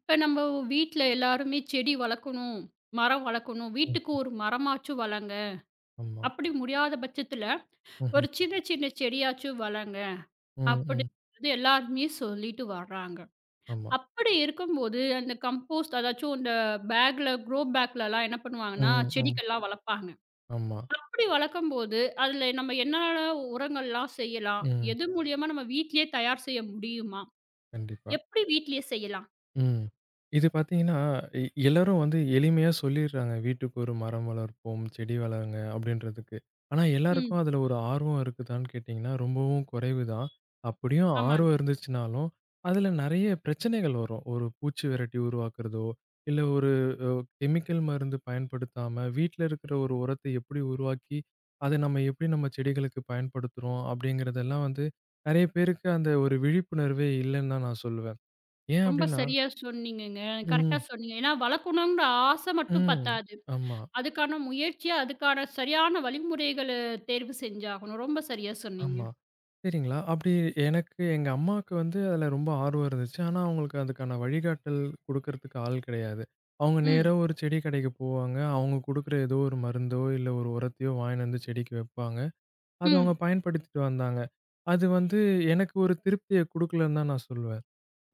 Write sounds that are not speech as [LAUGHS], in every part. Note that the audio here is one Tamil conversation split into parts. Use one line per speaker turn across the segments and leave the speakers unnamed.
இப்ப நம்ம வீட்ல எல்லாருமே செடி வளர்க்கணும், மரம் வளர்க்கணும்.
ம்.
வீட்டுக்கு ஒரு மரமாச்சும் வளங்க.
ஆமா.
அப்படி முடியாத பட்சத்துல,
ம்ஹ்ம்.
ஒரு சின்ன சின்ன செடியாச்சும் வளங்க.
ம், ம்.
அப்படின்றது எல்லாருமே சொல்லிட்டு வர்றாங்க.
ஆமா.
அப்படி இருக்கும்போது, அந்த கம்போஸ்ட் அதாச்சும் இந்த பேக்ல, க்ரோ பேக்லலாம் என்ன பண்ணுவாங்கன்னா,
ம், ம்.
செடிகள்லாம் வளர்ப்பாங்க.
ஆமா.
அப்படி வளர்க்கும்போது, அதுல நம்ம என்னென்ன உரங்கள்லாம் செய்யலாம்?
ம்.
எது மூலியமா நம்ம வீட்லயே தயார் செய்ய முடியுமா?
கண்டிப்பா.
எப்படி வீட்லயே செய்யலாம்?
ம். இது பார்த்தீங்கன்னா, எ எல்லாரும் வந்து எளிமையா சொல்லிடுறாங்க. "வீட்டுக்கு ஒரு மரம் வளர்ப்போம், செடி வளருங்க" அப்படின்றதுக்கு. ஆனா
ம்.
எல்லாருக்கும் அதுல ஒரு ஆர்வம் இருக்குதான்னு கேட்டீங்கன்னா, ரொம்பவும் குறைவு தான். அப்படியும் ஆர்வம்
ஆமாங்க.
இருந்துச்சுனாலும், அதுல நெறைய பிரச்சனைகள் வரும். ஒரு பூச்சி விரட்டி உருவாக்குறதோ, இல்ல ஒரு அ கெமிக்கல் மருந்து பயன்படுத்தாம, வீட்ல இருக்கிற ஒரு உரத்தை எப்படி உருவாக்கி, அத நம்ம எப்படி நம்ம செடிகளுக்கு பயன்படுத்துறோம் அப்படிங்கிறதெல்லாம் வந்து, நெறைய பேருக்கு அந்த ஒரு விழிப்புணர்வே இல்லன்னு தான் நான் சொல்லுவேன். ஏன்
ரொம்ப
அப்படின்னா
சரியா சொன்னீங்கங்க. கரெக்ட்டா
ம்,
சொன்னீங்க. ஏன்னா வளர்க்கணுங்கிற ஆசை மட்டும்
ம்.
பத்தாது.
ஆமா,
அதுக்கான முயற்சி, அதுக்கான சரியான வழிமுறைகள தேர்வு செஞ்சாகணும். ரொம்ப சரியா சொன்னீங்க.
ஆமா. சரிங்களா, அப்படி எனக்கு எங்க அம்மாவுக்கு வந்து அதில ரொம்ப ஆர்வம் இருந்துச்சு. ஆனா, அவங்களுக்கு அதுக்கான வழிகாட்டல் குடுக்கறதுக்கு ஆள் கிடையாது. அவங்க நேரா
ம்,
ஒரு செடி கடைக்கு போவாங்க. அவங்க குடுக்குற ஏதோ ஒரு மருந்தோ, இல்ல ஒரு உரத்தையோ வாங்கின்னு வந்து செடிக்கு வைப்பாங்க. அத அவங்க
ம்.
பயன்படுத்திட்டு வந்தாங்க. அது வந்து எனக்கு ஒரு திருப்திய குடுக்கலன்னு தான் நான் சொல்லுவேன்.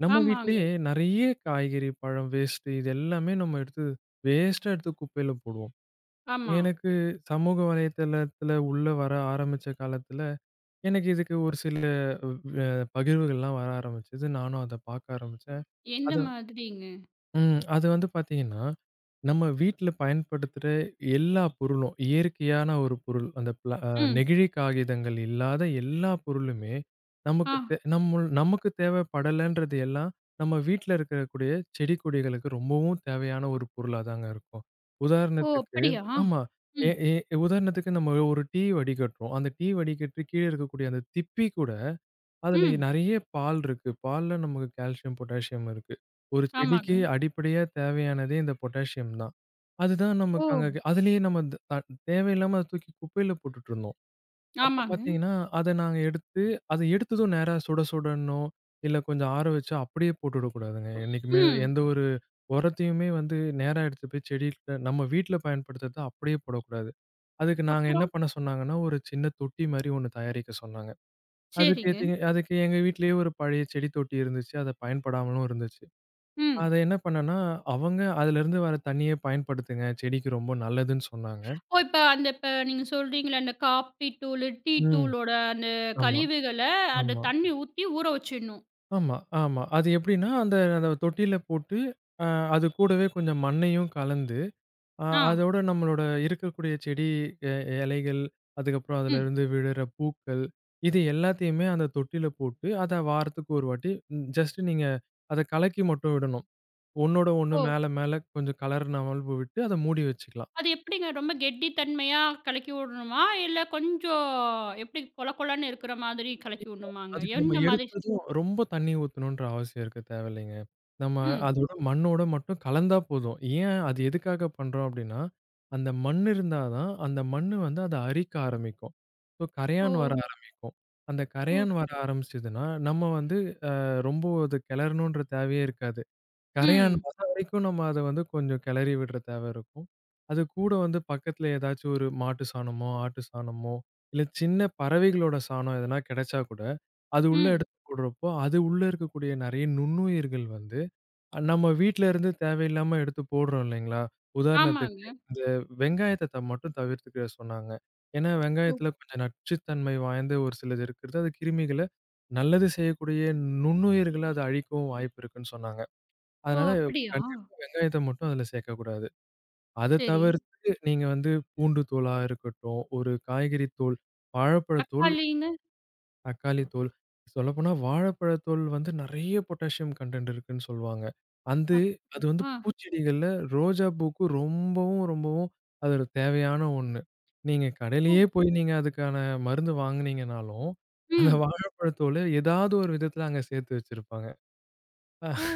நம்ம
ஆமாங்க.
வீட்லயே நெறைய காய்கறி, பழம் வேஸ்ட்டு இது எல்லாமே நம்ம எடுத்து வேஸ்ட்டா எடுத்து குப்பையில போடுவோம்.
ஆமா.
எனக்கு சமூக வலைத்தளத்துல உள்ள வர ஆரம்பிச்ச காலத்துல, எனக்கு இதுக்கு ஒரு சில வ் அ பகிர்வுகள்லாம் வர ஆரம்பிச்சது. நானும் அத பார்க்க ஆரம்பிச்சேன்.
எந்த
அத
மாதிரிங்க?
ம். அது வந்து பார்த்தீங்கன்னா, நம்ம வீட்ல பயன்படுத்துற எல்லா பொருளும், இயற்கையான ஒரு பொருள். அந்த பிளா அ
ம்.
நெகிழி காகிதங்கள் இல்லாத எல்லா பொருளுமே,
ஆ.
நமக்கு தேவைப்படலன்றது எல்லாம், நம்ம வீட்ல இருக்கக்கூடிய செடி, கொடிகளுக்கு ரொம்பவும் தேவையான ஒரு பொருளா தாங்க இருக்கும்.
ஓ!
உதாரணத்துக்கு
அப்படியா?
ஆமா. எ
ம்,
எ உதாரணத்துக்கு நம்ம ஒரு டீ வடிகட்டுறோம். அந்த டீ வடிகட்டி கீழ இருக்கக்கூடிய அந்த திப்பி கூட அதுல
ம்.
நெறைய பால் இருக்கு. பால்ல நமக்கு கால்சியம், பொட்டாசியம் இருக்கு. ஒரு
ஆமாங்க.
செடிக்கு அடிப்படையா தேவையானதே இந்த பொட்டாசியம் தான். அதுதான்
ஓ!
நமக்கு அங்க அதிலேயே நம்ம த அ தேவையில்லாம அத தூக்கி குப்பையில போட்டுட்டுருந்தோம். அப்ப
ஆமாங்க.
பார்த்தீங்கன்னா, அத நாங்க எடுத்து அத எடுத்ததும் நேரா சுட சுடன்னோ, இல்ல கொஞ்சம் ஆற வச்சு அப்படியே போட்டுடக்கூடாதுங்க. என்னைக்குமே
ம்.
எந்த ஒரு உரத்தையுமே வந்து நேரா எடுத்துட்டு போய் செடிகிட்ட நம்ம வீட்ல பயன்படுத்துறத அப்படியே போடக்கூடாது. அதுக்கு நாங்க என்ன
அப்புறம்?
பண்ண சொன்னாங்கன்னா, ஒரு சின்ன தொட்டி மாரி ஒண்ணு தயாரிக்க சொன்னாங்க.
சரிங்க.
அதுக்கு எங்க வீட்லயே ஒரு பழைய செடி தொட்டி இருந்துச்சு. அத பயன்படாமலும் இருந்துச்சு.
ம்.
அத என்ன பண்ணேன்னா, அவங்க அதுலருந்து வர தண்ணீய பயன்படுத்துங்க. செடிக்கு ரொம்ப நல்லதுன்னு சொன்னாங்க.
ஓ! இப்ப நீங்க சொல்றீங்கல்ல, அந்த காப்பி தூளு, டீ
ம்.
தூளோட அந்த
ஆமா,
கழிவுகள அந்த
ஆமா,
தண்ணி ஊத்தி ஊற வச்சிடணும்.
ஆமா, ஆமா. அது எப்படின்னா, அந்த அந்த தொட்டியில போட்டு, அ அது கூடவே கொஞ்சம் மண்ணையும் கலந்து,
ஆ.
அதோட நம்மளோட இருக்கக்கூடிய செடி எ இலைகள், அதுக்கப்புறம்
ம்.
அதுலருந்து விழுற பூக்கள், இது எல்லாத்தையுமே அந்த தொட்டியில போட்டு, அத வாரத்துக்கு ஒரு வாட்டி ஜஸ்ட் நீங்க அத கலக்கி மட்டும் விடணும். ஒன்னோட ஒண்ணு
ஓ!
மேல, மேல கொஞ்சம் கலர் நவல்பு விட்டு அத மூடி வச்சுக்கலாம்.
அது எப்படிங்க? ரொம்ப கெட்டித்தன்மையா கலக்கி விடணுமா? இல்ல கொஞ்சம் எப்படி கொல கொலன்னு இருக்கிற மாதிரி கலக்கி விடணுமாங்க?
அதுக்கு நம்ம
எந்த மாதிரி?
எடுத்ததும் ரொம்ப தண்ணி ஊத்தணுன்ற அவசியம் இருக்க தேவையில்லைங்க. நம்ம
ம்.
அதோட மண்ணோட மட்டும் கலந்தா போதும். ஏன் அது எதுக்காக பண்றோம் அப்டின்னா, அந்த மண் இருந்தா தான் அந்த மண்ணு வந்து அத அரிக்க ஆரம்பிக்கும். ஸோ
ஓ!
கரையான் வர ஆரம்பிக்கும். அந்த
ஓ!
கரையான் வர ஆரம்பிச்சதுன்னா, நம்ம வந்து ரொம்ப அது கெளறணுன்ற தேவையே இருக்காது. கரையான்
ம்.
வர வரைக்கும் நம்ம அத வந்து கொஞ்சம் கிளறி விடுற தேவை இருக்கும். அது கூட வந்து பக்கத்துல ஏதாச்சும் ஒரு மாட்டு சாணமோ, ஆட்டு சாணமோ, இல்ல சின்ன பறவைகளோட சாணம் எதனா கிடைச்சா கூட, அது உள்ள
ம்.
எடுத்து போடுறப்போ, அது உள்ள இருக்கக்கூடிய நெறைய நுண்ணுயிர்கள் வந்து, நம்ம வீட்ல இருந்து தேவையில்லாம எடுத்து போடுறோம் இல்லைங்களா? உதாரணத்துக்கு
ஆமாங்க.
இந்த வெங்காயத்த மட்டும் தவிர்த்துக்க சொன்னாங்க. ஏன்னா
ஓ!
வெங்காயத்துல கொஞ்சம் நச்சுத்தன்மை வாய்ந்த ஒரு சிலது இருக்கிறது. அது கிருமிகள நல்லது செய்யக்கூடிய நுண்ணுயிர்கள அது அழிக்கவும் வாய்ப்பு இருக்குன்னு சொன்னாங்க.
ஓ!
அதனால
அப்படியா?
கண்டிப்பா வெங்காயத்த மட்டும் அதுல சேர்க்கக்கூடாது. அத
சரி.
தவிர்த்து நீங்க வந்து பூண்டு தூளா இருக்கட்டும், ஒரு காய்கறி தூள், வாழைப்பழத்தூள்,
தக்காளிங்க?
தக்காளி தூள். சொல்லப்போனா வாழைப்பழத்தூள் வந்து நெறைய பொட்டாசியம் கன்டென்ட் இருக்குன்னு சொல்லுவாங்க. அந்து
அப்
அது வந்து
ஆ.
பூச்செடிகள்ல ரோஜா பூக்கு ரொம்பவும், ரொம்பவும் அது ஒரு தேவையான ஒண்ணு. நீங்க
ஓ!
கடையிலேயே போய் நீங்க அதுக்கான மருந்து வாங்குனீங்கனாலும், அந்த
ம்.
வாழைப்பழத்தூள ஏதாவது ஒரு விதத்துல அங்க சேர்த்து வச்சிருப்பாங்க.
ஓ!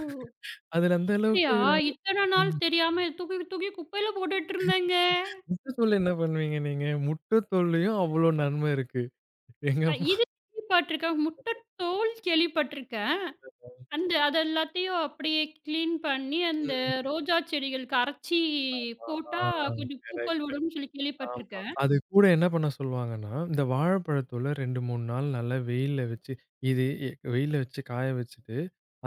அதுல அந்த
அப்படியா?
அளவுக்கு
இத்தன நாள் தெரியாம தூக்கி தூக்கி குப்பையில போட்டுட்டு இருந்தேங்க.
முட்டை தோல் என்ன பண்ணுவீங்க நீங்க? முட்டை தோல்லயும் அவ்ளோ நன்மை இருக்கு. எங்க அம்மா
இது கேள்விப்பட்டுருக்கேன். முட்டை தோல் கேள்விப்பட்டுருக்கேன். அந்த அது எல்லாத்தையும் அப்படியே கிளீன் பண்ணி, அந்த
ம்.
ரோஜா செடிகளுக்கு அரைச்சி போட்டா
ஆ
கொஞ்சம் பூக்கள்
கரெக்ட்.
விடும்னு சொல்லி
ஆமா.
கேள்விப்பட்டுருக்கேன்.
அது கூட என்ன பண்ண சொல்லுவாங்கன்னா, இந்த வாழைப்பழத்தோல 2, 3 நாள் நல்லா வெயில்ல வச்சு இது எ வெயில்ல வச்சு காய வச்சுட்டு,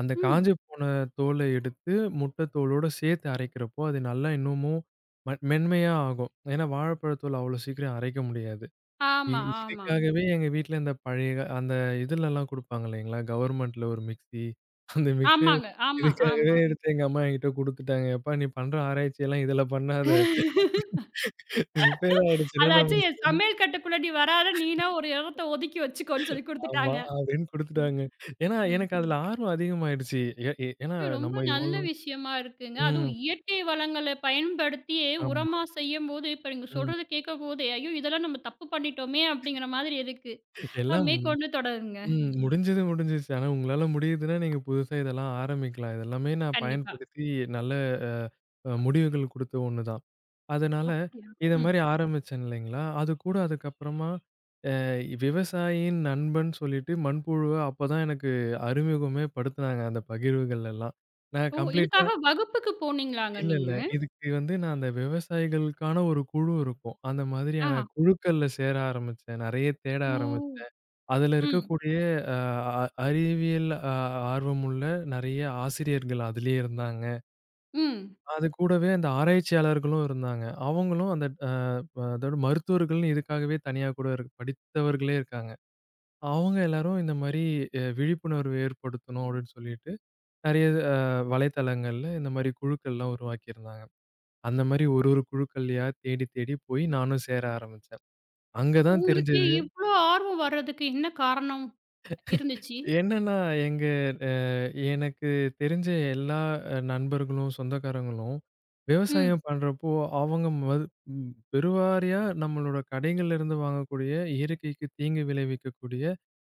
அந்த
ம்.
காஞ்சு போன தோல எடுத்து முட்டை தோலோட சேர்த்து அரைக்கிறப்போ, அது நல்லா இன்னமும் மென்மையா ஆகும். ஏன்னா வாழைப்பழத்தோல் அவ்ளோ சீக்கிரம் அரைக்க முடியாது. இ
ஆமா, ஆமா.
இதுக்காகவே எங்க வீட்ல இந்த பழைய அந்த இதுலலாம் குடுப்பாங்க இல்லைங்களா? கவர்மெண்ட்ல ஒரு மிக்ஸி அந்த மிக்ஸி
ஆமாங்க. ஆமா,
இதுக்காகவே
ஆமா.
எடுத்து எங்க அம்மா என்கிட்ட குடுத்துட்டாங்க. "எப்பா நீ பண்ற ஆராய்ச்சியெல்லாம் இதுல பண்ணாத. ரிப்பேர் ஆயிடுச்சுன்னா நம்ம
அதாச்சும் என் சமையல் கட்டுக்குள்ள நீ வராத, நீனா ஒரு இடத்த ஒதுக்கி வச்சுக்கோன்னு சொல்லி
சாமா"
குடுத்துட்டாங்க.
அப்படின்னு
ம்,
குடுத்துட்டாங்க. ஏன்னா,
ம்.
எனக்கு அதுல ஆர்வம் அதிகமாயிடுச்சு. ஏ ஏ ஏன்னா
இது ரொம்ப
நம்ம
நல்ல
இவ்வளோ
விஷயமா இருக்குங்க.
ம்.
அதுவும் இயற்கை வளங்கள பயன்படுத்தியே
ஆமா.
உரமா செய்யும்போது, இப்ப நீங்க
ம்.
சொல்றத கேட்கும்போதே, ஐயோ! இதெல்லாம் நம்ம தப்பு பண்ணிட்டோமே! அப்படிங்கிற மாதிரி இருக்கு.
எல்லாம்
மேற்கொண்டு தொடருங்க.
ம். முடிஞ்சது முடிஞ்சிருச்சு. ஆனா உங்களால முடியுதுன்னா நீங்க புதுசா இதெல்லாம் ஆரம்பிக்கலாம். இதெல்லாமே நான்
கண்டிப்பா.
பயன்படுத்தி நல்ல அ அ முடிவுகள் குடுத்த ஒண்ணு தான். அதனால
அப்படியா?
இத
ம்.
மாரி ஆரம்பிச்சேன் இல்லைங்களா? அது கூட அதுக்கப்புறமா விவசாயியின் நண்பன் சொல்லிட்டு மண்புழுவ அப்பதான் எனக்கு அறிமுகமே படுத்துனாங்க அந்த பகிர்வுகள் எல்லாம். நான்
ஓ!
கம்ப்ளீட்டா
இதுக்காக வகுப்புக்கு போனீங்களாங்க
இல்ல, இல்ல.
நீங்க?
இதுக்கு வந்து நான் அந்த விவசாயிகளுக்கான ஒரு குழு இருக்கும். அந்த
ஆ.
மாதிரியான குழுக்கள்ல சேர ஆரம்பிச்சேன். நெறைய தேட
ஓ!
ஆரம்பிச்சேன். அதுல
ம்,
இருக்கக்கூடிய அ அ அறிவியல் ஆர்வமுள்ள நெறைய ஆசிரியர்கள் அதிலயே இருந்தாங்க.
ம்.
அது கூடவே அந்த ஆராய்ச்சியாளர்களும் இருந்தாங்க. அவங்களும் அந்த அதோட மருத்துவர்கள்னு இதுக்காகவே தனியா கூட படித்தவர்களே இருக்காங்க. அவங்க எல்லாரும் இந்த மாரி விழிப்புணர்வு ஏற்படுத்தணும் அப்படின்னு சொல்லிட்டு, நெறைய அ வலைத்தளங்கள்ல இந்த மாரி குழுக்கள்லாம் உருவாக்கியிருந்தாங்க. அந்த மாரி ஒரு ஒரு குழுக்கள்லயா தேடி தேடி போய் நானும் சேர ஆரம்பிச்சேன். அங்க தான்
உங்களுக்கு
தெரிஞ்சது.
இவ்ளோ ஆர்வம் வர்றதுக்கு என்ன காரணம் இருந்துச்சு?
என்னன்னா எங்க அ எனக்கு தெரிஞ்ச எல்லா நண்பர்களும், சொந்தக்காரங்களும்
ம்.
விவசாயம் பண்றப்போ, அவங்க மது ம் பெருவாரியா நம்மளோட கடைகள்ல இருந்து வாங்கக்கூடிய, இயற்கைக்கு தீங்கு விளைவிக்கக்கூடிய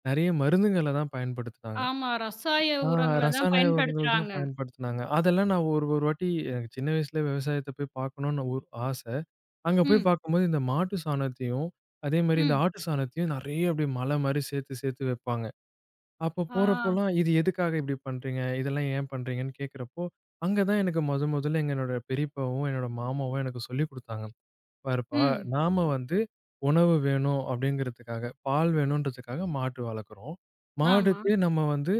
நெறைய மருந்துங்கள தான் பயன்படுத்துனாங்க.
ஆமா. ரசாய
ஆ
உரங்கள தான்
ரசாயன உரங்கள் தான்
பயன்படுத்துறாங்க.
பயன்படுத்துனாங்க. அதெல்லாம் நான் ஒரு ஒரு வாட்டி எனக்கு சின்ன வயசுல விவசாயத்த போய் பார்க்கணும்னு ஒரு ஆச. அங்க போய்
ம்,
பார்க்கும்போது இந்த மாட்டு சாணத்தையும், அதே மாரி இந்த
ம்.
ஆட்டு சாணத்தையும் நெறைய அப்படியே மலை மாரி சேர்த்து சேர்த்து வைப்பாங்க. அப்ப
ஆ.
போறப்போலாம் இது எதுக்காக இப்படி பண்றீங்க? இதெல்லாம் ஏன் பண்றீங்கன்னு கேட்கிறப்போ, அங்க தான் எனக்கு மொதல்ல எங்க என்னோட பெரியப்பாவும், என்னோட மாமாவும் எனக்கு சொல்லிக் குடுத்தாங்க. இருப்பா.
ம்.
நாம வந்து உணவு வேணும் அப்படிங்கிறதுக்காக, பால் வேணுன்றதுக்காக மாட்டு வளர்க்குறோம்.
ஆமா.
மாடுக்கு நம்ம வந்து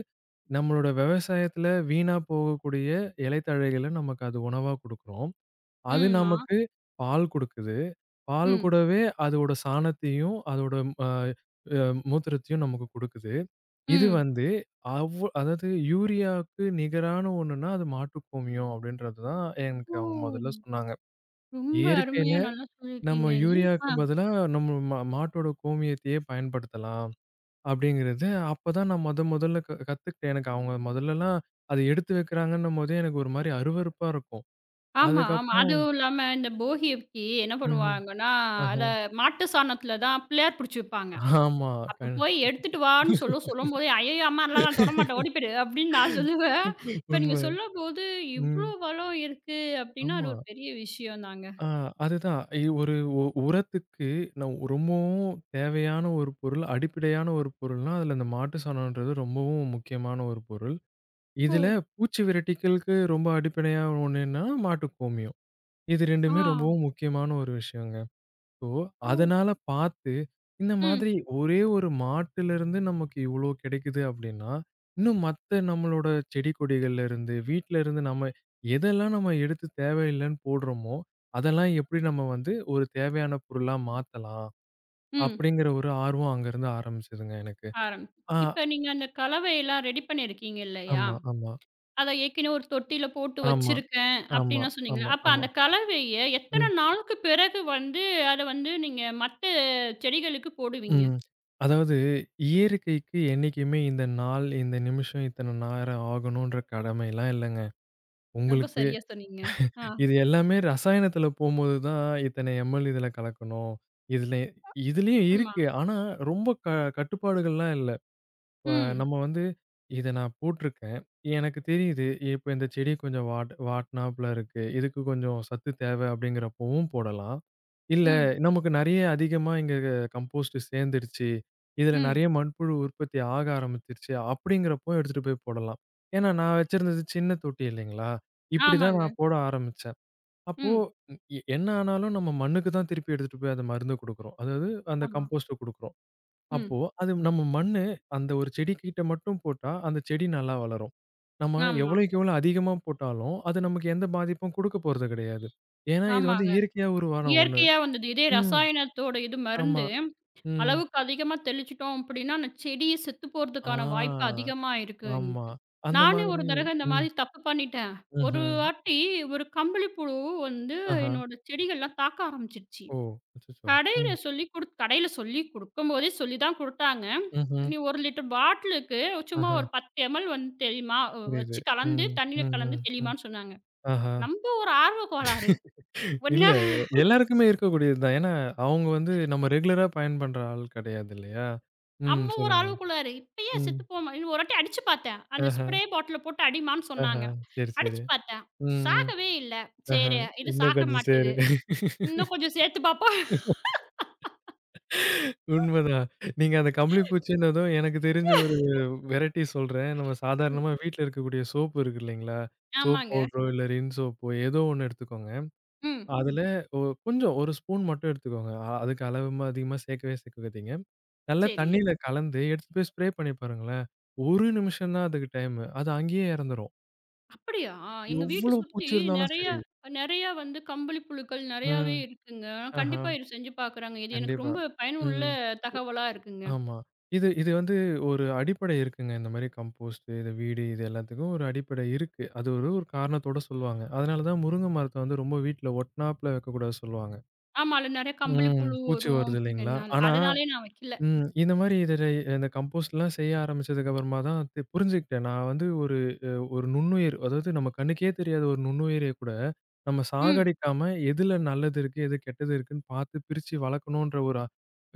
நம்மளோட விவசாயத்துல வீணா போகக்கூடிய இலைத்தழைகள நமக்கு அது உணவா குடுக்குறோம். அது
ம்மா.
நமக்கு பால் குடுக்குது. பால்
ம்,
கூடவே அதோட சாணத்தையும், அதோட அ அ மூத்திரத்தையும் நமக்கு குடுக்குது. இது
ம்.
வந்து அதாவது யூரியாவுக்கு நிகரான ஒண்ணுன்னா அது மாட்டுக் கோமியம் அப்படின்றது தான் எனக்கு
ஓ!
அவங்க முதல்ல சொன்னாங்க.
ரொம்ப
இயற்கையில
அருமையா நல்லா
நம்ம
சொல்லியிருக்கீங்கங்க. ஆ.
யூரியாவுக்கு பதிலா நம்ம மாட்டோட கோமியத்தையே பயன்படுத்தலாம் அப்படிங்கிறது அப்பதான் நான் முதல்ல கத்துக்கிட்டேன். எனக்கு அவங்க முதல்லலாம் அத எடுத்து வைக்கிறாங்கன்னும் போதே எனக்கு ஒரு மாரி அருவருப்பா இருக்கும்.
ஆமா, ஆமா.
அதுக்கப்புறம்
அதுவும் இல்லாம இந்த போகிக்கு என்ன
ம்ஹ்ம்.
பண்ணுவாங்கன்னா, அத
ஆஹா.
மாட்டு சாணத்தில தான் பிள்ளையார் பிடிச்சு வைப்பாங்க.
ஆமா.
அப்ப
உண்ம.
போய் எடுத்துட்டு வான்னு சொல்ல சொல்லும்போதே, "ஐயய்யோ! அம்மாலாம் நான்
[LAUGHS]
தொடமாட்டேன் ஓடி போயிடு" அப்படின்னு நான் சொல்லுவேன். இப்ப நீங்க சொல்லும்போது இவ்ளோ
ம்.
பலம் இருக்கு அப்படின்னா, அது
ஆமா.
ஒரு பெரிய விஷயம் தாங்க.
ஆ அதுதான். ஒரு உரத்துக்கு நான் ரொம்பவும் தேவையான ஒரு பொருள், அடிப்படையான ஒரு பொருள்னா, அதுல இந்த மாட்டு சாணம்ன்றது ரொம்பவும் முக்கியமான ஒரு பொருள்.
ஓ!
இதுல பூச்சி விரட்டிக்கலுக்கு ரொம்ப அடிப்படையா ஒண்ணுன்னா மாட்டுக்கோமியம். இது
ஆ.
2மே ரொம்பவும் முக்கியமான ஒரு விஷயங்க. ஸோ,
ஓ!
அதனால பார்த்து இந்த
ம்.
மாதிரி ஒரே ஒரு மாட்டுலருந்து நமக்கு இவ்ளோ கிடைக்குது அப்டின்னா, இன்னும் மத்த நம்மளோட செடி கொடிகள்ல இருந்து, வீட்ல இருந்து நம்ம எதெல்லாம் நம்ம எடுத்து தேவையில்லன்னு போடுறோமோ, அதெல்லாம் எப்படி நம்ம வந்து ஒரு தேவையான பொருளா மாத்தலாம்?
ம்.
அப்படிங்கிற ஒரு ஆர்வம் அங்கருந்து ஆரம்பிச்சதுங்க எனக்கு.
ஆரம்பிக்கும்.
ஆ,
இப்ப நீங்க அந்த கலவையெல்லாம் ரெடி பண்ணியிருக்கீங்க இல்லையா?
ஆமா, ஆமா,
அத ஏற்கனவே ஒரு தொட்டியில போட்டு
ஆமா,
வச்சிருக்கேன்
ஆமா,
அப்படின்லாம் சொன்னீங்கல்ல.
ஆமா,
அப்ப
ஆமா.
அந்த கலவைய எத்தன
ம்.
நாளுக்கு பிறகு வந்து அத வந்து நீங்க மத்த செடிகளுக்கு போடுவீங்க?
ம். அதாவது இயற்கைக்கு என்னைக்குமே இந்த நாள், இந்த நிமிஷம், இத்தனை நேரம் ஆகணுன்ற கடமைலாம் இல்லங்க.
ரொம்ப
உங்களுக்கு
சரியா சொன்னீங்க. ஆ.
இது எல்லாமே ரசாயனத்தில போம்போது தான் இத்தனை எம்எல் இதில கலக்கணும். இதில இதுலயும்
ஆமா.
இருக்கு. ஆனா ரொம்ப கட்டுப்பாடுகள்லாம் இல்ல. இப்ப
ம்.
நம்ம வந்து இத நான் போட்டிருக்கேன். எனக்கு தெரியுது. இப்ப இந்த செடி கொஞ்சம் வாட்னாப்ல இருக்கு. இதுக்கு கொஞ்சம் சத்து தேவை அப்படிங்கிறப்பவும் போடலாம். இல்ல
ம்.
நமக்கு நெறைய அதிகமா இங்க கம்போஸ்ட் சேர்ந்துருச்சு. இதுல
ம்.
நெறைய மண்புழு உற்பத்தி ஆக ஆரம்பிச்சிருச்சு அப்படிங்கிறப்போ எடுத்துட்டு போய் போடலாம். ஏன்னா நான் வச்சிருந்தது சின்ன தொட்டி இல்லைங்களா? இப்படிதான்
ஆமாங்க.
நான் போட ஆரம்பிச்சேன். அப்போ
ம்.
என்ன ஆனாலும் நம்ம மண்ணுக்கு தான் திருப்பி எடுத்துட்டு போய் அந்த மருந்து குடுக்குறோம். அதாவது அந்த
ஆமா.
கம்போஸ்ட்ட குடுக்குறோம்.
ம்.
அப்போ அது நம்ம மண்ணு அந்த ஒரு செடிகிட்ட மட்டும் போட்டா, அந்த செடி நல்லா வளரும். நம்ம
ஆமா.
எவ்வளோக்கு எவ்வளோ அதிகமா போட்டாலும், அது நமக்கு எந்த பாதிப்பும் குடுக்க போறது கிடையாது. ஏன்னா, இது வந்து
ஆமாங்க.
இயற்கையா உருவான ஒண்ணு.
இயற்கையா வந்தது. இதே
ம்.
ரசாயனத்தோட இது
ஆமா.
மருந்து,
ம்.
அளவுக்கு அதிகமா தெளிச்சுட்டோம் அப்டின்னா, அந்த செடியே செத்து போறதுக்கான வாய்ப்பு
ஆ.
அதிகமா இருக்கு
ஆமா.
எங்களுக்கு.
அந்த
நானே ஒரு
மாதிரி
தடவ இந்த
ம்.
மாரி தப்பு பண்ணிட்டேன். ஒரு
ம்ஹ்ம்.
வாட்டி ஒரு கம்பளிப்புழு வந்து
ஆஹா.
என்னோட செடிகள்லாம் தாக்க ஆரம்பிச்சுருச்சு.
ஓ! அச்சச்சோ! ம்.
கடையில சொல்லி குடுக்கும்போதே சொல்லி தான் குடுத்தாங்க.
ம்ஹ்ம்.
"நீ 1 லிட்டர் பாட்டிலுக்கு சும்மா
ஆஹா.
ஒரு 10 எம்எல் வந்து தெரியுமா?
புரியுது.
வச்சு கலந்து
ம்.
தண்ணீல
ம்.
கலந்து
ம். ம்.
தெளிமான்னு" சொன்னாங்க.
ஆஹா.
நம்ப ஒரு ஆர்வ கோளாறு.
இல்ல
ஒண்ணு
எல்லாருக்குமே இருக்கக்கூடியது தான். ஏன்னா, அவங்க வந்து நம்ம ரெகுலரா பயன் பண்ற ஆள் கிடையாது இல்லையா? ம்.
நம்ம ஒரு
சொல்லுங்க.
ஆர்வ கோளாறு. இப்பயே
ம்.
செத்து போமா ஒரு வாட்டி அடிச்சு பார்த்தேன். அந்த
ஆஹா,
ஸ்ப்ரே பாட்டில போட்டு அடிம்மான்னு
ஆஹா.
சொன்னாங்க.
சரி, சரி.
அடிச்சு பார்த்தேன்.
ம், ம்.
சாகவே இல்ல.
ஆஹா.
சரி இது
இன்னும்
சாக
கொஞ்சம் சேரு.
மாட்டுது. இன்னும் கொஞ்சம் சேர்த்து பார்ப்போம்.
உண்மதான். நீங்க அந்த கம்பளி பூச்சின்னதும் எனக்கு தெரிஞ்ச ஒரு வெரைட்டி சொல்றேன். நம்ம
ம்.
சாதாரணமா வீட்ல இருக்கக்கூடிய சோப்பு இருக்கு இல்லைங்களா? சோப்
ஆமாங்க.
பவுடரோ, இல்ல ரின் சோப்போ ஏதோ ஒண்ணு எடுத்துக்கோங்க.
ம்.
அதுல ஒ கொஞ்சம் ஒரு ஸ்பூன் மட்டும் எடுத்துக்கோங்க. அதுக்கு அளவுமா அதிகமா சேர்க்கவே சேர்க்காதீங்க. நல்லா
சரி.
தண்ணீல கலந்து எடுத்துட்டு போய் ஸ்ப்ரே பண்ணி பாருங்களேன். ஒரு நிமிஷம் தான் அதுக்கு டைமு. அது அங்கேயே இறந்துரும்.
அப்படியா? எங்க வீட்ட
எவ்வளோ
சுத்தி
பூச்சி இருந்தாலும்
நெறைய
சரி.
நெறையா வந்து கம்பளி புழுக்கள்
ம்.
நெறையாவே இருக்குங்க.
ஆஹா.
கண்டிப்பா இது செஞ்சு பார்க்குறேங்க. இது எனக்கு
கண்டிப்பா.
ரொம்ப பயனுள்ள
ம்.
தகவலா இருக்குங்க.
ஆமா. இது இது வந்து ஒரு அடிப்படை இருக்குங்க. இந்த மாரி கம்போஸ்ட், இது வீடு இது எல்லாத்துக்கும் ஒரு அடிப்படை இருக்கு. அது ஒரு ஒரு காரணத்தோட சொல்லுவாங்க. அதனால தான் முருங்க மரத்த வந்து ரொம்ப வீட்ல ஒட்னாப்ல வைக்கக்கூடாதுன்னு சொல்லுவாங்க.
ஆமா. அதுல நெறைய கம்பளி
ம்.
புழு
பூச்சி
வரும்
வருது இல்லைங்களா?
அப்படிங்கிறனால.
ஆனா
அதனாலயே நான் வைக்கல.
ம். இந்த மாரி இதுல இந்த கம்போஸ்ட்லாம் செய்ய ஆரம்பிச்சதுக்கு அப்புறமா தான் புரிஞ்சுக்கிட்டேன். நான் வந்து ஒரு அ ஒரு நுண்ணுயிர் அதாவது நம்ம கண்ணுக்கே தெரியாத ஒரு நுண்ணுயிரை கூட நம்ம
ம்.
சாகடிக்காம எதுல நல்லது இருக்கு, எது கெட்டது இருக்குன்னு பார்த்து பிரிச்சு வளர்க்கணுன்ற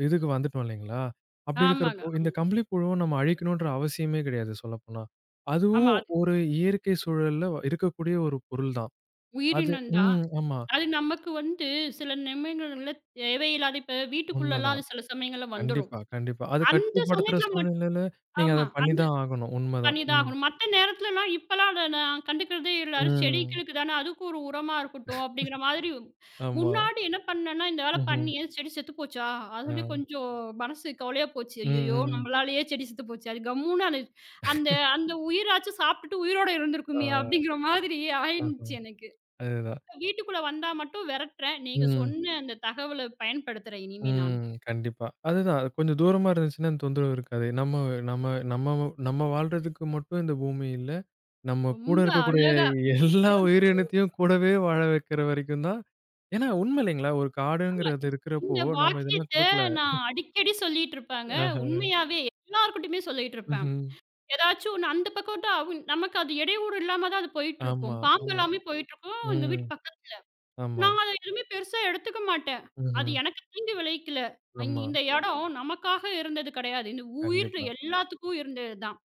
இதுக்கு வந்துட்டோம் இல்லைங்களா? அப்படி
ஆமாங்க.
இருக்கிறப்போ இந்த
ஆமா.
கம்பளிப்புழுவ நம்ம அழிக்கணுன்ற அவசியமே கிடையாது சொல்லப்போனா.
ஆமா.
அதுவும்
அது
ஒரு இயற்கை சூழல்ல இருக்கக்கூடிய ஒரு பொருள் தான். அது
உயிரினம் தான்.
ம். ஆமா.
அது நமக்கு வந்து சில நிமிடங்கள்ல தேவையில்லாத இப்ப வீட்டுக்குள்ளலாம்
உண்மதான்.
அது சில சமயங்கள்ல வந்துரும்.
கண்டிப்பா, கண்டிப்பா. அது
அந்த
கட்டுப்படுத்துற
சமயத்துல மட்டும்
சூழ்நிலையில நீங்க அத
ஆமா.
பண்ணி
அந்த
தான் ஆகணும். உண்மதான்.
பண்ணிதான்
ம்.
ஆகணும். மத்த நேரத்துலலாம் இப்பலாம் அத நான் கண்டுக்கிறதே இல்ல. அது
ம்.
செடிகளுக்கு தானே அதுக்கு ஒரு உரமா இருக்கட்டும் அப்படிங்கிற மாதிரி
ஆமா.
முன்னாடி என்ன பண்ணேன்னா, இந்த வேலை
ம்ஹ்ம்.
பண்ணி ஏன் செடி செத்து போச்சா? அது சொல்லி
ஆ.
கொஞ்சம் மனசு கவலையா போச்சு.
ம்,
ஐயய்யோ!
ம்.
நம்மளாலேயே செடி செத்து போச்சு. அது கம்முன்னு அது அந்த அந்த உயிராச்சும் சாப்பிட்டுட்டு உயிரோட
ஆ.
இருந்திருக்குமே அப்படிங்கிற மாதிரி
ஆஹா.
ஆயிருந்துச்சு எனக்கு.
அதுதான்.
வீட்டுக்குள்ள வந்தா மட்டும் விரட்டுறேன். நீங்க
ம்.
சொன்ன அந்த தகவல பயன்படுத்துறேன் இனிமே நான்.
ம். கண்டிப்பா. அதுதான். கொஞ்சம் தூரமா இருந்துச்சுன்னா அந்த தொந்தரவு இருக்காது. நம்ம நம்ம நம்ம நம்ம வாழ்றதுக்கு மட்டும் இந்த பூமி இல்ல. நம்ம கூட
ரொம்ப
இருக்கக்கூடிய
அழகா மிக
எல்லா
சிறந்த
உயிரினத்தையும் கூடவே வாழ வைக்கிற வரைக்கும் தான் ஏன்னா உண்மை இல்லைங்களா? ஒரு
ஆமா.
காடுங்கிறது இருக்கிறப்போ
இந்த
நம்ம இதெல்லாம்
வாக்கியத்த
குடுக்கல.
நான் அடிக்கடி சொல்லிட்டு இருப்பேங்க.
ஆஹ.
உண்மையாவே எல்லார்கிட்டயுமே சொல்லிட்டு இருப்பேன்.
ம்ஹ்ம்.
ஏதாச்சும் ஒண்ணு அந்த பக்கம்ட்டா அவ் நமக்கு அது இடையூறு இல்லாம தான் அது போயிட்டுருக்கும்.
ஆமா,
பாம்பு
ஆமா.
எல்லாமே போயிட்டுருக்கும். எங்க
ம்.
வீட்டு பக்
ஆமா.
நான் அத எதுவுமே பெருசா எடுத்துக்க மாட்டேன். அது
ம்ஹ்ம்.
எனக்கு தீங்கு விளைவிக்கல.
ஆமா.
இந்த சரி. இடம் நமக்காக இருந்தது கிடையாது. இந்த உயிர்
கண்டிப்பா,
எல்லாத்துக்கும் இருந்தது தான்.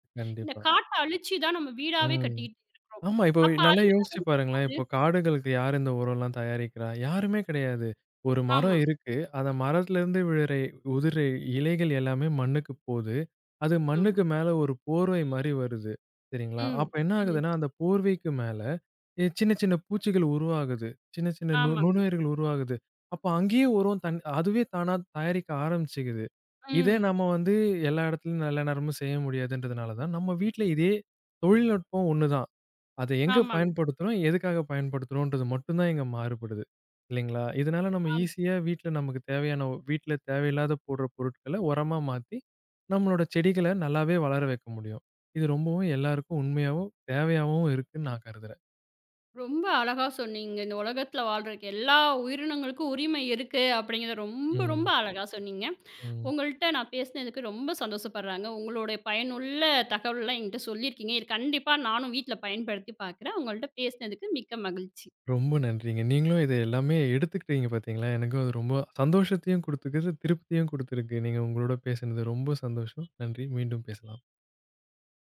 இந்த
கண்டிப்பா.
காட்ட அழிச்சு தான் நம்ம வீடாவே
ம்.
கட்டிட்டு இருக்கிறோம்.
ஆமா. இப்போ
அப்ப
நல்லா யோசிச்சு
அதுங்கலாம்
பாருங்களேன். இப்போ காடுகளுக்கு யார் இந்த உரம்லாம் தயாரிக்கிறா? யாருமே கிடையாது. ஒரு மரம்
ஆமா,
இருக்கு. அந்த மரத்துலருந்து விழுற உதிர இலைகள் எல்லாமே மண்ணுக்கு போது. அது
ஆமா.
மண்ணுக்கு மேல ஒரு போர்வை மாரி வருது. சரிங்களா?
ம்,
அப்ப என்ன
ம்.
ஆகுதுன்னா, அந்த போர்வைக்கு மேல சின்ன சின்ன பூச்சிகள் உருவாகுது. சின்ன சின்ன
ஆமாங்க.
நுண்ணுயிர்கள் உருவாகுது. அப்ப அங்கேயே உரம் தன் அதுவே தானா தயாரிக்க ஆரம்பிச்சுக்குது. இதே
ம்.
நம்ம வந்து எல்லா இடத்துலயும் எல்லா நேரமும் செய்ய முடியாதுன்றதுனால தான், நம்ம வீட்ல இதே தொழில்நுட்பம் ஒண்ணுதான். அத எங்க
ஆமாங்க.
பயன்படுத்துறோம்? எதுக்காக பயன்படுத்துறோன்றது மட்டும் தான் இங்க மாறுபடுது. இல்லைங்களா? இதனால நம்ம ஈஸியா வீட்ல நமக்கு தேவையான வீட்ல தேவையில்லாத போடுற பொருட்கள உரமா மாத்தி, நம்மளோட செடிகள நல்லாவே வளர வைக்க முடியும். இது ரொம்பவும் எல்லாருக்கும் உண்மையாவும், தேவையாவும் இருக்குன்னு நான் கருதுறேன்.
ரொம்ப அழகா சொன்னீங்க. இந்த உலகத்தில வாழ்றக்கு எல்லா உயிரினங்களுக்கும் உரிமை இருக்கு அப்படிங்கிறத ரொம்ப, ரொம்ப
ம்,
அழகா சொன்னீங்க.
ம்.
உங்கள்ட்ட நான் பேசினதுக்கு ரொம்ப சந்தோஷப்படுறாங்க. உங்களுடைய பயனுள்ள தகவல்லாம் என்கிட்ட சொல்லியிருக்கீங்க. இது கண்டிப்பா நானும் வீட்ல பயன்படுத்தி பார்க்குறேன். உங்கள்ட்ட பேசினதுக்கு மிக்க மகிழ்ச்சி.
ரொம்ப நன்றிங்க. நீங்களும் இத எல்லாமே எடுத்துக்கிட்டீங்க பார்த்தீங்களா? எனக்கும் அது ரொம்ப சந்தோஷத்தையும் குடுத்துருக்கு, திருப்தியும் குடுத்துருக்கு. நீங்க உங்களோட பேசினது ரொம்ப சந்தோஷம். நன்றி. மீண்டும் பேசலாம்.